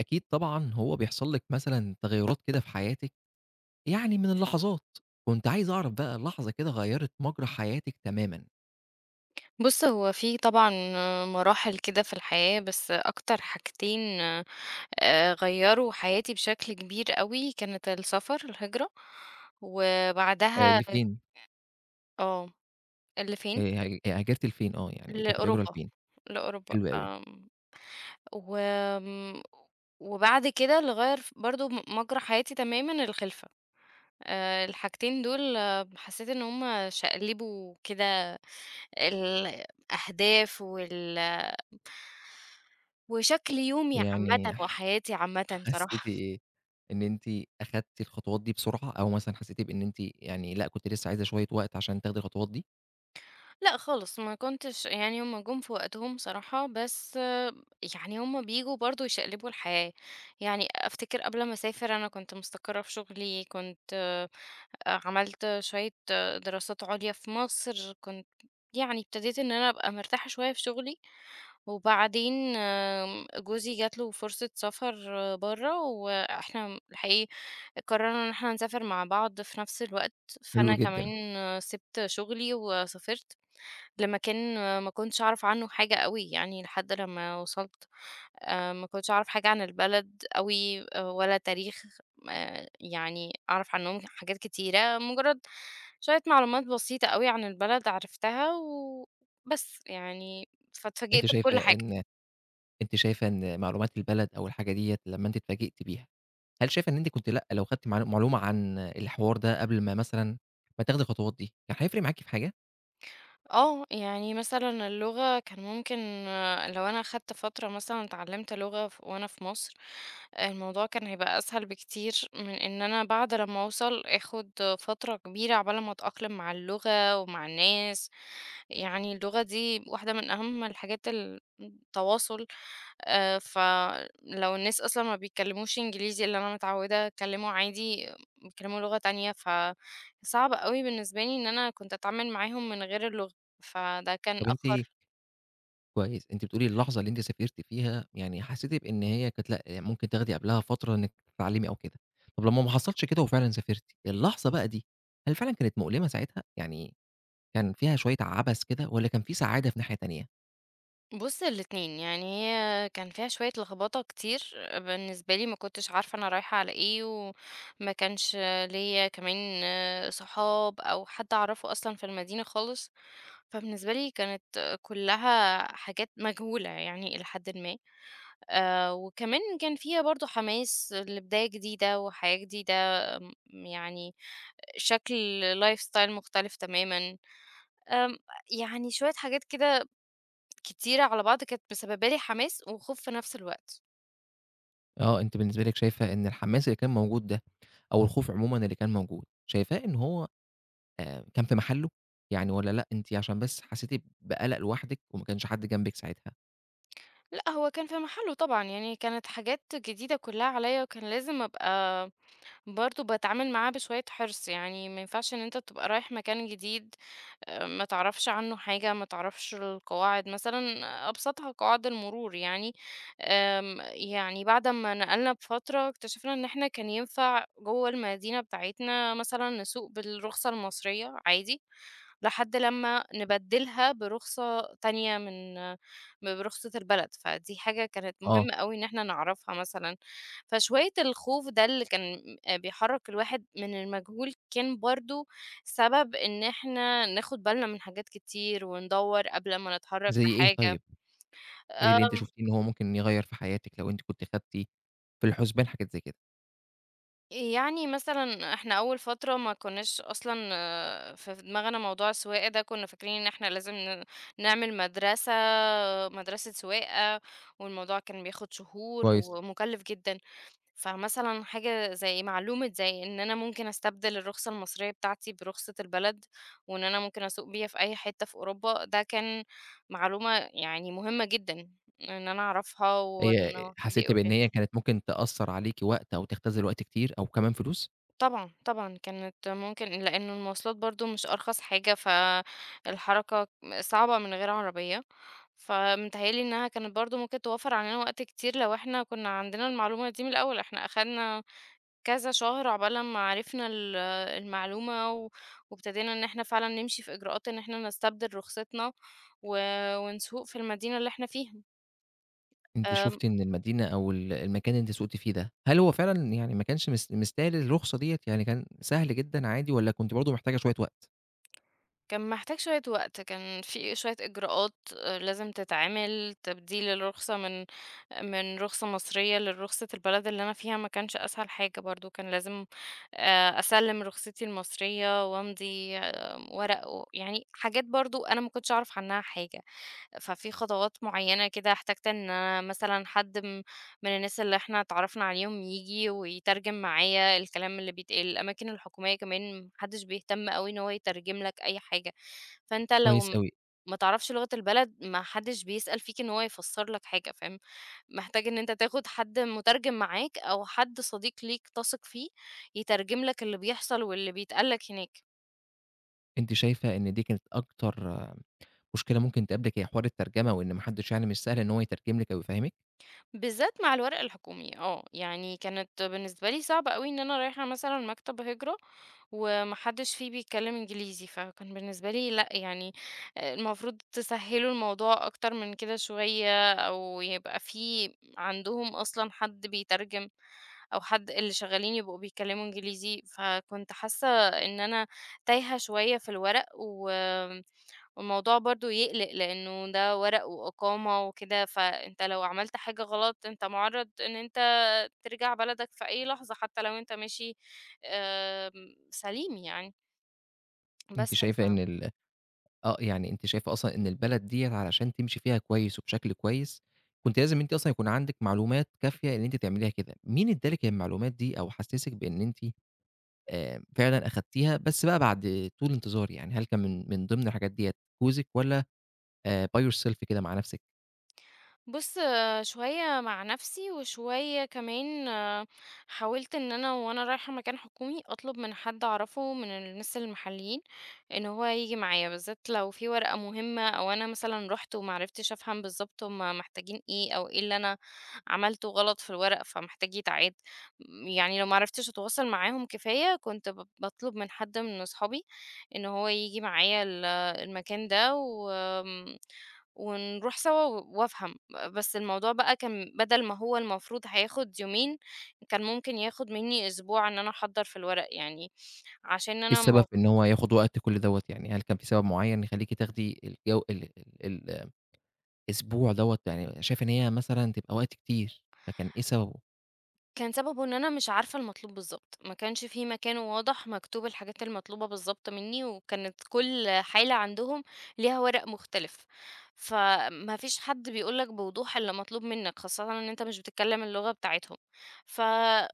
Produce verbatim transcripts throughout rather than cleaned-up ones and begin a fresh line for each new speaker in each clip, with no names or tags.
أكيد طبعًا هو بيحصل لِك مثلًا تغيُّرات كده في حياتِك، يعني من اللحظات، كنت عايز أعرف بقى لحظة كده غيّرت مجرى حياتِك تمامًا،
بُص، هو في طبعًا مراحل كده في الحياة، بس أكتر حاجتين آآ غيّروا حياتي بشكل كبير أوي، كانت السفر، الهجرة،
آآ
وبعدها.
لفين؟
آه، اللي
آآ
فين؟
هاج هاجرتِ لفين آه، يعني كانت الهجرة
لأوروبا،
لفين؟
لأوروبا
حلو أوي،
آمم، وآمم، وبعد كده اللي غيّر ف برضه م مجرى حياتي تمامًا الخلفة، آآ الحاجتين دول، آه، حسيت إن هُم شقلبوا كده الأهداف وال وشكل يومي عامةً
يعني ح
وحياتي عامةً
حسّيتِ
صراحة.
إيه؟ إن أنتِ أخدتِ الخطوات دي بسرعة أو مثلًا حسّيتِ بإن أنتِ يعني لأ، كنتِ لسه عايزة شوية وقت عشان تاخدي الخطوات دي؟
لأ خالص، ما كنتش يعني هُم جُم في وقتهم صراحة، بس آه، يعني هُم بييجوا برضه يشقلبوا الحياة. يعني أفتكر قبل ما أسافر أنا كنت مستقرة في شغلي، كنت آه، عملت شوية آه، دراسات عُليا في مصر، كنت يعني ابتديت إن أنا أبقى مرتاحة شوية في شغلي، وبعدين آمم، جوزي جات له فرصة سفر برّه، وإحنا الحقيقي قررنا إن إحنا نسافر مع بعض في نفس الوقت،
حلو
فأنا
جدًا.
كمان سِبت شغلي وسافرت لمكان ما كنتش أعرف عنه حاجة أوي يعني لحد لمّا وصلت، آآ ما كنتش أعرف حاجة عن البلد أوي، آه، ولا تاريخ آآ يعني أعرف عنهم حاجات كتيرة، مجرد شوية معلومات بسيطة أوي عن البلد عرفتها وبس يعني، فاتفاجئت
أنتِ شايفة
بكل حاجة.
إن أنتِ شايفة إن معلومات البلد أو الحاجة ديّة لمّا أنتِ اتفاجئتِ بيها هل شايفة إن أنتِ كنتِ لأ، لو خدتِ معلو معلومة عن الحوار ده قبل ما مثلًا ما تاخدي الخطوات دي، كان هيفرق معاكِ في حاجة؟
آه، يعني مثلًا اللغة كان ممكن، آه، لو أنا أخدت فترة مثلًا اتعلمت لغة ف وأنا في مصر، الموضوع كان هيبقى أسهل بكتير من إن أنا بعد لمّا أوصل آخد فترة كبيرة عقبال ما أتأقلم مع اللغة ومع الناس. يعني اللغة دي واحدة من أهم الحاجات ال التواصل، آآ فلو الناس أصلًا ما بيتكلموش إنجليزي اللي أنا متعودة أتكلمه عادي، بيتكلموا لغة تانية، فصعب أوي بالنسبة لي إن أنا كنت أتعامل معاهم من غير اللغة، فده كان
طب أنتِ
أخر.
كويس، أنتِ بتقولي اللحظة اللي أنتِ سافرتِ فيها يعني حسيتِ بإن هي كانت لأ، يعني ممكن تاخدي قبلها فترة إنِّك تتعلمي أو كده، طب لمّا ما حصلش كده وفعلًا سافرتِ، اللحظة بقى دي هل فعلًا كانت مؤلمة ساعتها؟ يعني كان فيها شوية عبث كده والّا كان في سعادة في ناحية تانية؟
بُص الاتنين، يعني هي كان فيها شوية لخبطة كتير بالنسبة لي، ما كنتش عارفة أنا رايحة على إيه، وما كانش ليّا كمان آه، صحاب أو حد أعرفه أصلًا في المدينة خالص. فبالنسبة لي كانت كلها حاجات مجهولة يعني إلى حدٍ ما، آآ وكمان كان فيها برضه حماس لبداية جديدة وحياة جديدة، م يعني شكل lifestyle مختلف تمامًا، آمم يعني شوية حاجات كده كتيرة على بعض كانت مسببة لي حماس وخوف في نفس الوقت.
آه، أنتِ بالنسبة لِك شايفة إن الحماس اللي كان موجود ده أو الخوف عمومًا اللي كان موجود، شايفاه إن هو كان في محلُّه؟ يعني والّا لأ أنتِ عشان بس حسيتِ بقلق لوحدِك وما كانش حد جنبِك ساعتها؟
لأ، هو كان في محله طبعًا، يعني كانت حاجات جديدة كلها عليَّ وكان لازم أبقى برضه باتعامل معاها بشوية حرص، يعني ما ينفعش إن أنت تبقى رايح مكان جديد، آه، ما تعرفش عنه حاجة، ما تعرفش القواعد مثلا، أبسطها قواعد المرور يعني. أم، يعني بعد ما نقلنا بفترة اكتشفنا إن احنا كان ينفع جوه المدينة بتاعتنا مثلا نسوق بالرخصة المصرية عادي لحد لما نبدلها برخصة تانية من برخصة البلد، فدي حاجة كانت
آه.
مهمة قوي إن احنا نعرفها مثلا. فشوية الخوف ده اللي كان بيحرك الواحد من المجهول كان برضو سبب إن إحنا ناخد بالنا من حاجات كتير وندوّر قبل ما نتحرّك في
زي إيه طيب؟
حاجة.
إيه
آآ
اللي أنتِ شُفتيه إن هو ممكن يغيّر في حياتِك لو أنتِ كنتِ خدتِ في الحُسبان حاجات زي كده؟
يعني مثلًا إحنا أول فترة ما كناش أصلًا، آه، في دماغنا موضوع السواقة ده، كنا فاكرين إن إحنا لازم ن نعمل مدرسة مدرسة سواقة، والموضوع كان بياخد شهور
كويس.
ومُكلِّف جدًا. فمثلًا حاجة زي معلومة زي إن أنا ممكن أستبدل الرخصة المصرية بتاعتي برخصة البلد، وإن أنا ممكن أسوق بيها في أي حتة في أوروبا، ده كان معلومة يعني مهمة جدًا إن أنا أعرفها
هي
وإنه حد
حسيتِ
يقولها
بإن
لي.
هي كانت ممكن تأثّر عليكِ وقت أو تختزل وقت كتير أو كمان فلوس؟
طبعًا، طبعًا كانت ممكن لإن المواصلات برضه مش أرخص حاجة، فالحركة صعبة من غير عربية، فمتهيأ لي إنها كانت برضه ممكن توفّر علينا وقت كتير لو إحنا كنا عندنا المعلومة دي من الأول، إحنا أخدنا كذا شهر عقبال لمّا عرفنا ال المعلومة و وابتدينا إن إحنا فعلًا نمشي في إجراءات إن إحنا نستبدل رخصتنا و ونسوق في المدينة اللي إحنا فيها.
أنتِ
آمم،
شُفتِ إن المدينة أو ال المكان اللي أنتِ سُقتِ فيه ده، هل هو فعلًا يعني ما كانش مس مستاهل الرخصة ديّة، يعني كان سهل جدًا عادي والّا كنتِ برضه محتاجة شوية وقت؟
كان محتاج شوية وقت، كان في شوية إجراءات آآ لازم تتعمل، تبديل الرخصة من من رخصة مصرية لرخصة البلد اللي أنا فيها ما كانش أسهل حاجة برضه، كان لازم آآ أسلِّم رخصتي المصرية وأمضي آآ ورق و يعني حاجات برضه أنا ما كنتش أعرف عنها حاجة. ففي خطوات معينة كده احتجت إن أنا مثلًا حد م من الناس اللي إحنا اتعرّفنا عليهم ييجي ويترجم معايا الكلام اللي بيتقال، الأماكن الحكومية كمان ما حدش بيهتم أوي إن هو يترجم لك أي حاجة، فأنت لو
كويس
م
أوي.
ما تعرفش لغة البلد، ما حدش بيسأل فيك إن هو يفسّر لك حاجة، فاهم، محتاج إن أنت تاخد حد مترجم معاك أو حد صديق ليك تثق فيه يترجم لك اللي بيحصل واللي بيتقال لك هناك.
أنتِ شايفة إن دي كانت أكتر مشكلة ممكن تقابلِك هي حوار الترجمة، وإن ما حدش يعني مش سهل إن هو يترجم لِك أو يفهّمِك؟
بالذات مع الورق الحكومي، آه، يعني كانت بالنسبة لي صعبة أوي إن أنا رايحة مثلًا مكتب هجرة وما حدش فيه بيتكلم إنجليزي، فكان بالنسبة لي لأ، يعني آآ المفروض تسهّلوا الموضوع أكتر من كده شوية أو يبقى في عندهم أصلًا حد بيترجم أو حد اللي شغالين يبقوا بيتكلموا إنجليزي، فكنت حاسة إن أنا تايهة شوية في الورق و والموضوع برضه يقلق لأنه ده ورق وإقامة وكده، فأنت لو عملت حاجة غلط أنت مُعرّض إن أنت ترجع بلدك في أي لحظة، حتى لو أنت ماشي آمم، سليم يعني، بس
أنتِ
ف.
شايفة إن ال آه، يعني أنتِ شايفة أصلًا إن البلد ديّة علشان تمشي فيها كويس وبشكل كويس، كنتِ لازم أنتِ أصلًا يكون عندِك معلومات كافية إن أنتِ تعمليها كده، مين ادّى لِك المعلومات دي أو حسّسِك بإن أنتِ آآ فعلًا أخدتيها، بس بقى بعد طول انتظار يعني، هل كان من من ضمن الحاجات ديّة جوزِك والّا آآ by yourself كده مع نَفْسِك؟
بُص، آه، شوية مع نفسي، وشوية كمان، آه، حاولت إن أنا وأنا رايحة مكان حكومي أطلب من حد أعرفه من الناس المحليين إن هو ييجي معايا، بالذات لو في ورقة مهمة أو أنا مثلًا رُحت وما عرفتش أفهم بالضبط هُم محتاجين إيه، أو إيه اللي أنا عملته غلط في الورق فمحتاج يتعاد. يعني لو ما عرفتش أتواصل معاهم كفاية كنت ب باطلب من حد من أصحابي إن هو ييجي معايا ال المكان ده، وآمم ونروح سوا و وأفهم. بس الموضوع بقى كان بدل ما هو المفروض هياخد يومين، كان ممكن ياخد منّي أسبوع إن أنا أحضّر في الورق، يعني عشان
إيه
أنا
السبب
ما.
في إن هو ياخُد وقت كل دوّة يعني، هل كان في سبب معيّن يخلّيكِ تاخدي الجو ال ال ال أسبوع دوّة يعني شايفة إن هي مثلًا تبقى وقت كتير، فكان إيه سببه؟
كان سببه إن أنا مش عارفة المطلوب بالضبط، ما كانش في مكان واضح مكتوب الحاجات المطلوبة بالضبط منّي، وكانت كل حالة عندهم ليها ورق مختلف، فما فيش حد بيقول لك بوضوح اللي مطلوب منّك، خاصةً إن أنت مش بتتكلم اللغة بتاعتهم، ف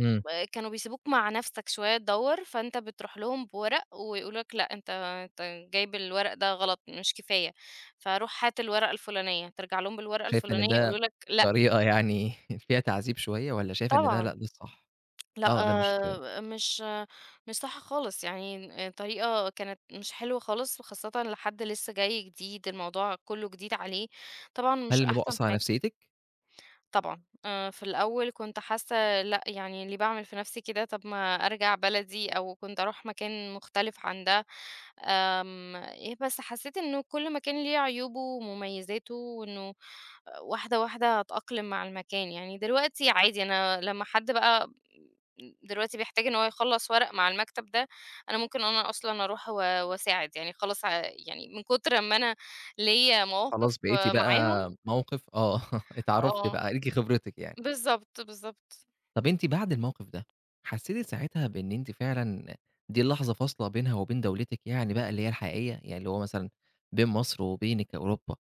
إمم.
كانوا بيسيبوك مع نفسك شوية تدوّر، فأنت بتروح لهم بورق ويقولوا لك لأ، أنت أنت جايب الورق ده غلط مش كفاية، فروح هات الورقة الفلانية، ترجع لهم بالورقة
شايفة إن
الفلانية
ده
يقولوا لك لأ.
طريقة يعني فيها تعذيب شوية والّا شايفة إن ده لأ،
طبعًا.
ده الصح؟
لأ،
آه، ده مش
آه، مش مش صح خالص، يعني طريقة كانت مش حلوة خالص، وخاصةً لحد لسه جاي جديد، الموضوع كُلّه جديد عليه، طبعًا
هل
مش
الموضوع
أحسن
أثّر على
حاجة.
نفسيتِك؟
طبعًا، آآ في الأول كنت حاسة لأ، يعني ليه باعمل في نَفْسي كده، طَب ما أرجع بلدي أو كنت أروح مكان مختلف عن ده، آمم، إيه بس حسيت إنه كل مكان ليه عيوبه ومميزاته وإنه واحدة، واحدة هاتأقلم مع المكان، يعني دلوقتي عادي أنا لمّا حد بقى دلوقتي بيحتاج إن هو يخلّص ورق مع المكتب ده، أنا ممكن أنا أصلًا أروح و وأساعد، يعني خلاص ع يعني من كتر أمّا أنا ليّا
خلاص
مواقف
بقيتِ
آه، معاهم.
بقى موقف آه، اتعرّفتِ
آه.
بقى، ليكِ خبرتِك يعني.
بالضبط، بالضبط.
طَب أنتِ بعد الموقف ده، حسّيتِ ساعتها بإن أنتِ فعلًا دي لحظة فاصلة بينها وبين دولتِك يعني بقى اللي هي الحقيقية، يعني اللي هو مثلًا بين مصر وبينِك كأوروبا،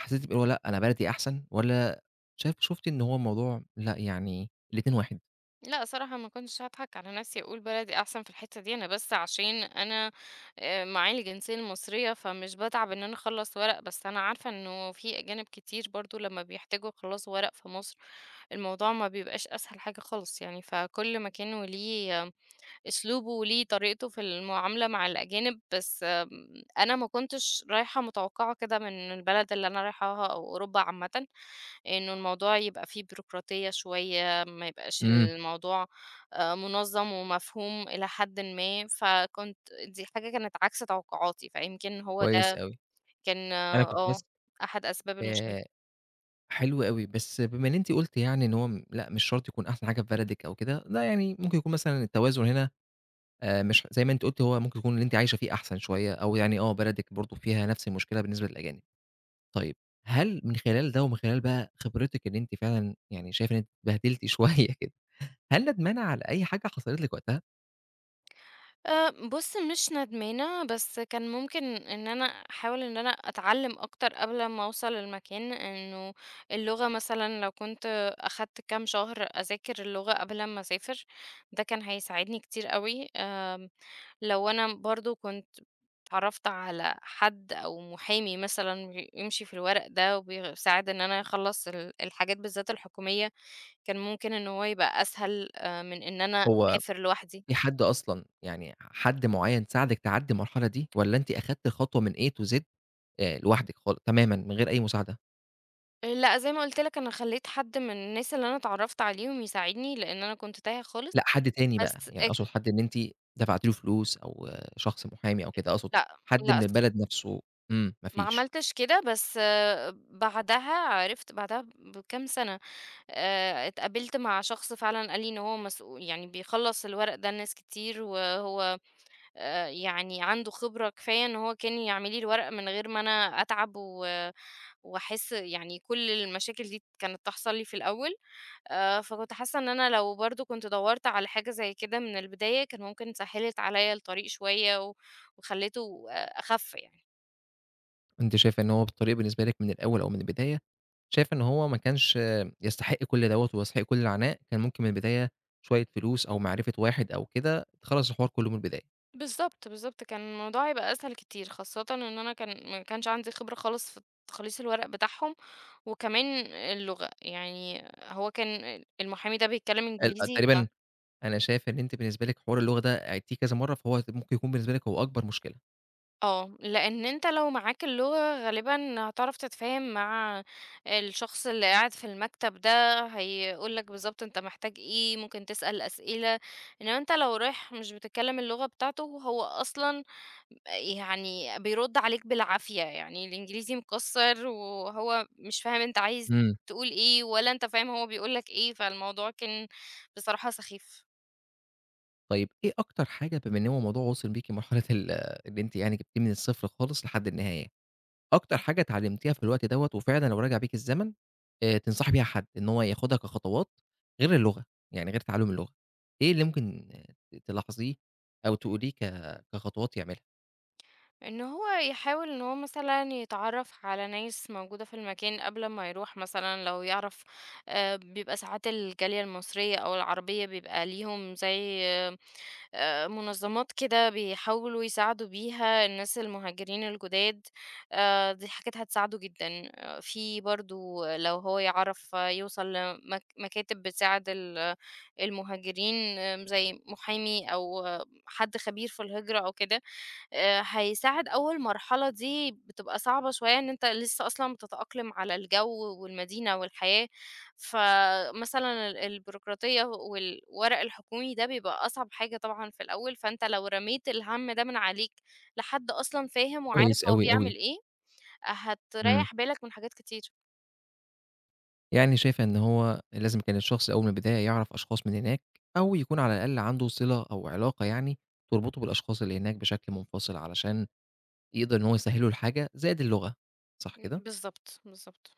حسيتِ اللي هو لأ، أنا بلدي أحسن والّا شايف شُفتِ إن هو الموضوع لأ، يعني الاتنين واحد؟
لأ صراحة ما كنتش هاضحك على نفسي أقول بلدي أحسن في الحتّة دي، أنا بس عشان أنا آآ معايا الجنسية المصرية، فمش باتعب إن أنا أخلّص ورق، بس أنا عارفة إنه في أجانب كتير برضه لمّا بيحتاجوا يخلّصوا ورق في مصر، الموضوع ما بيبقاش أسهل حاجة خالص يعني، فكل مكان وليه، آه، أسلوبه وليه طريقته في المعاملة مع الأجانب، بس آمم أنا ما كنتش رايحة متوقعة كده من البلد اللي أنا رايحاها أو أوروبا عامةً، إنه الموضوع يبقى فيه بيروقراطية شوية، ما يبقاش
إمم.
الموضوع آآ منظَّم ومفهوم إلى حدٍ ما، فكنت، دي حاجة كانت عكس توقعاتي، فيمكن هو
كويس
ده
أوي.
كان
أنا
آه،
كنت
آه،
بس
أحد أسباب
آآ
المشكلة.
حلو أوي، بس بما إن أنتِ قُلتِ يعني إن هو م لأ، مش شرط يكون أحسن حاجة في بلدِك أو كده، لأ، يعني ممكن يكون مثلًا التوازن هنا آآ مش زي ما أنتِ قُلتِ هو ممكن يكون اللي أنتِ عايشة فيه أحسن شوية أو يعني آه، بلدِك برضه فيها نفس المشكلة بالنسبة للأجانب. طيب هل من خلال ده ومن خلال بقى خبرتِك إن أنتِ فعلًا يعني شايفة إن أنتِ اتبهدلتِ شوية كده، هل ندمانة على أي حاجة حصلت لِك وقتها؟
أه، بُص مش ندمانة، بس كان ممكن إن أنا أحاول إن أنا أتعلّم أكتر قبل ما أوصل للمكان، إنه اللغة مثلًا لو كنت أخدت كام شهر أذاكر اللغة قبل أمّا أسافر، ده كان هيساعدني كتير أوي، آمم، لو أنا برضه كنت اتعرّفت على حد أو محامي مثلًا بيمشي في الورق ده وبيساعد إن أنا أخلّص ال الحاجات بالذات الحكومية، كان ممكن إن هو يبقى أسهل، آآ، من إن أنا
هو
أسافر لوحدي.
في حد أصلًا يعني حد معيّن ساعدِك تعدّي المرحلة دي، والّا أنتِ أخدتِ الخطوة من ايه تو زد آآ لوحدِك خال تمامًا من غير أي مساعدة؟
لأ، زي ما قُلت لك أنا خلّيت حد من الناس اللي أنا اتعرّفت عليهم يساعدني، لإن أنا كنت تايهة خالص،
لأ حد تاني بقى،
بس
يعني
اك
أقصد حد إن أنتِ دفعتِ له فلوس أو شخص محامي أو كده أقصد،
لأ،
حد
لأ،
من
الص
البلد نفسه. إمم، ما
ما
فيش.
عملتش كده، بس آه، بعدها عرفت بعدها بكام سَنة، آآ، اتقابلت مع شخص فعلًا قال لي إن هو مسؤو يعني بيخلّص الورق ده لناس كتير، وهو آآ، يعني عنده خبرة كفاية إن هو كان يعمل لي الورق من غير ما أنا أتعب و وأحس يعني كل المشاكل دي كانت تحصل لي في الأول. آآ، فكنت حاسة إن أنا لو برضه كنت دوّرت على حاجة زي كده من البداية، كان ممكن سهّلت عليَّ الطريق شوية و وخلّيته آآ، أخَف يعني.
أنتِ شايفة إن هو الطريق بالنسبة لِك من الأول أو من البداية، شايفة إن هو ما كانش يستحق كل دوّة ويستحق كل العناء، كان ممكن من البداية شوية فلوس أو معرفة واحد أو كده تخلّص الحوار كلّه من البداية.
بالضبط، بالضبط، كان الموضوع هيبقى أسهل كتير، خاصةً إن أنا كان ما كانش عندي خبرة خالص في تخليص الورق بتاعهم، وكمان اللغة، يعني هو كان المحامي ده بيتكلم
ال
إنجليزي ف.
تقريبًا أنا شايف إن أنتِ بالنسبة لِك حوار اللغة ده عِدتيه كذا مرّة، فهو ممكن يكون بالنسبة لِك هو أكبر مشكلة.
آه، لأن أنت لو معاك اللغة غالبًا هتعرف تتفاهم مع الشخص اللي قاعد في المكتب ده، هيقول لك بالضبط أنت محتاج إيه، ممكن تسأل أسئلة، إنما أنت لو رايح مش بتتكلم اللغة بتاعته هو أصلًا يعني بيرد عليك بالعافية، يعني الإنجليزي مكسّر وهو مش فاهم أنت عايز
إمم.
تقول إيه، ولا أنت فاهم هو بيقول لك إيه، فالموضوع كان بصراحة سخيف.
طيب إيه أكتر حاجة بما إن هو موضوع وصل بيكِ لمرحلة ال إن أنتِ يعني جبتيه من الصفر خالص لحد النهاية، أكتر حاجة اتعلمتيها في الوقت دوّة وفعلًا لو راجع بيكِ الزمن آآ تنصحي بيها حد إن هو ياخدها كخطوات غير اللغة، يعني غير تعلُّم اللغة، إيه اللي ممكن ت تلاحظيه أو تقوليه ك كخطوات يعملها؟
إن هو يحاول إن هو مثلًا يتعرّف على ناس موجودة في المكان قبل ما يروح مثلًا لو يعرف، آآ، بيبقى ساعات الجالية المصرية أو العربية بيبقى ليهم زي آآ، منظمات كده بيحاولوا يساعدوا بيها الناس المهاجرين الجداد، آآ، دي حاجات هتساعده جدًا. آه، في برضه لو هو يعرف، آه، يوصل لمك مكاتب بتساعد ال المهاجرين، آه، زي محامي أو آه، حد خبير في الهجرة أو كده. آآ هيساعد أول مرحلة دي بتبقى صعبة شوية إن أنت لسه أصلًا بتتأقلم على الجو والمدينة والحياة، فمثلًا ال البيروقراطية والورق الحكومي ده بيبقى أصعب حاجة طبعًا في الأول، فأنت لو رميت الهَم ده من عليك لحد أصلًا فاهم وعارف
كويس
هو
أوي، أوي.
بيعمل إيه،
إمم.
هتريّح بالك من حاجات كتير.
يعني شايفة إن هو لازم كان الشخص أول من البداية يعرف أشخاص من هناك، أو يكون على الأقل عنده صلة أو علاقة يعني تربطه بالأشخاص اللي هناك بشكل منفصل، علشان يقدر إن هو يسهّل له الحاجة، زائد اللغة، صح
إمم،
كده؟
بالضبط، بالضبط.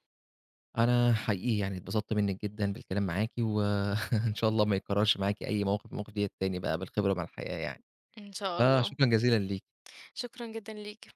أنا حقيقي يعني اتبسطت منِّك جدًا بالكلام معاكِ، وإن شاء الله ما يتكررش معاكِ أي موقف من المواقف ديّة تاني بقى بالخبرة مع الحياة يعني،
إن شاء الله.
فشكرًا جزيلًا ليكِ.
شكرًا جدًا ليك.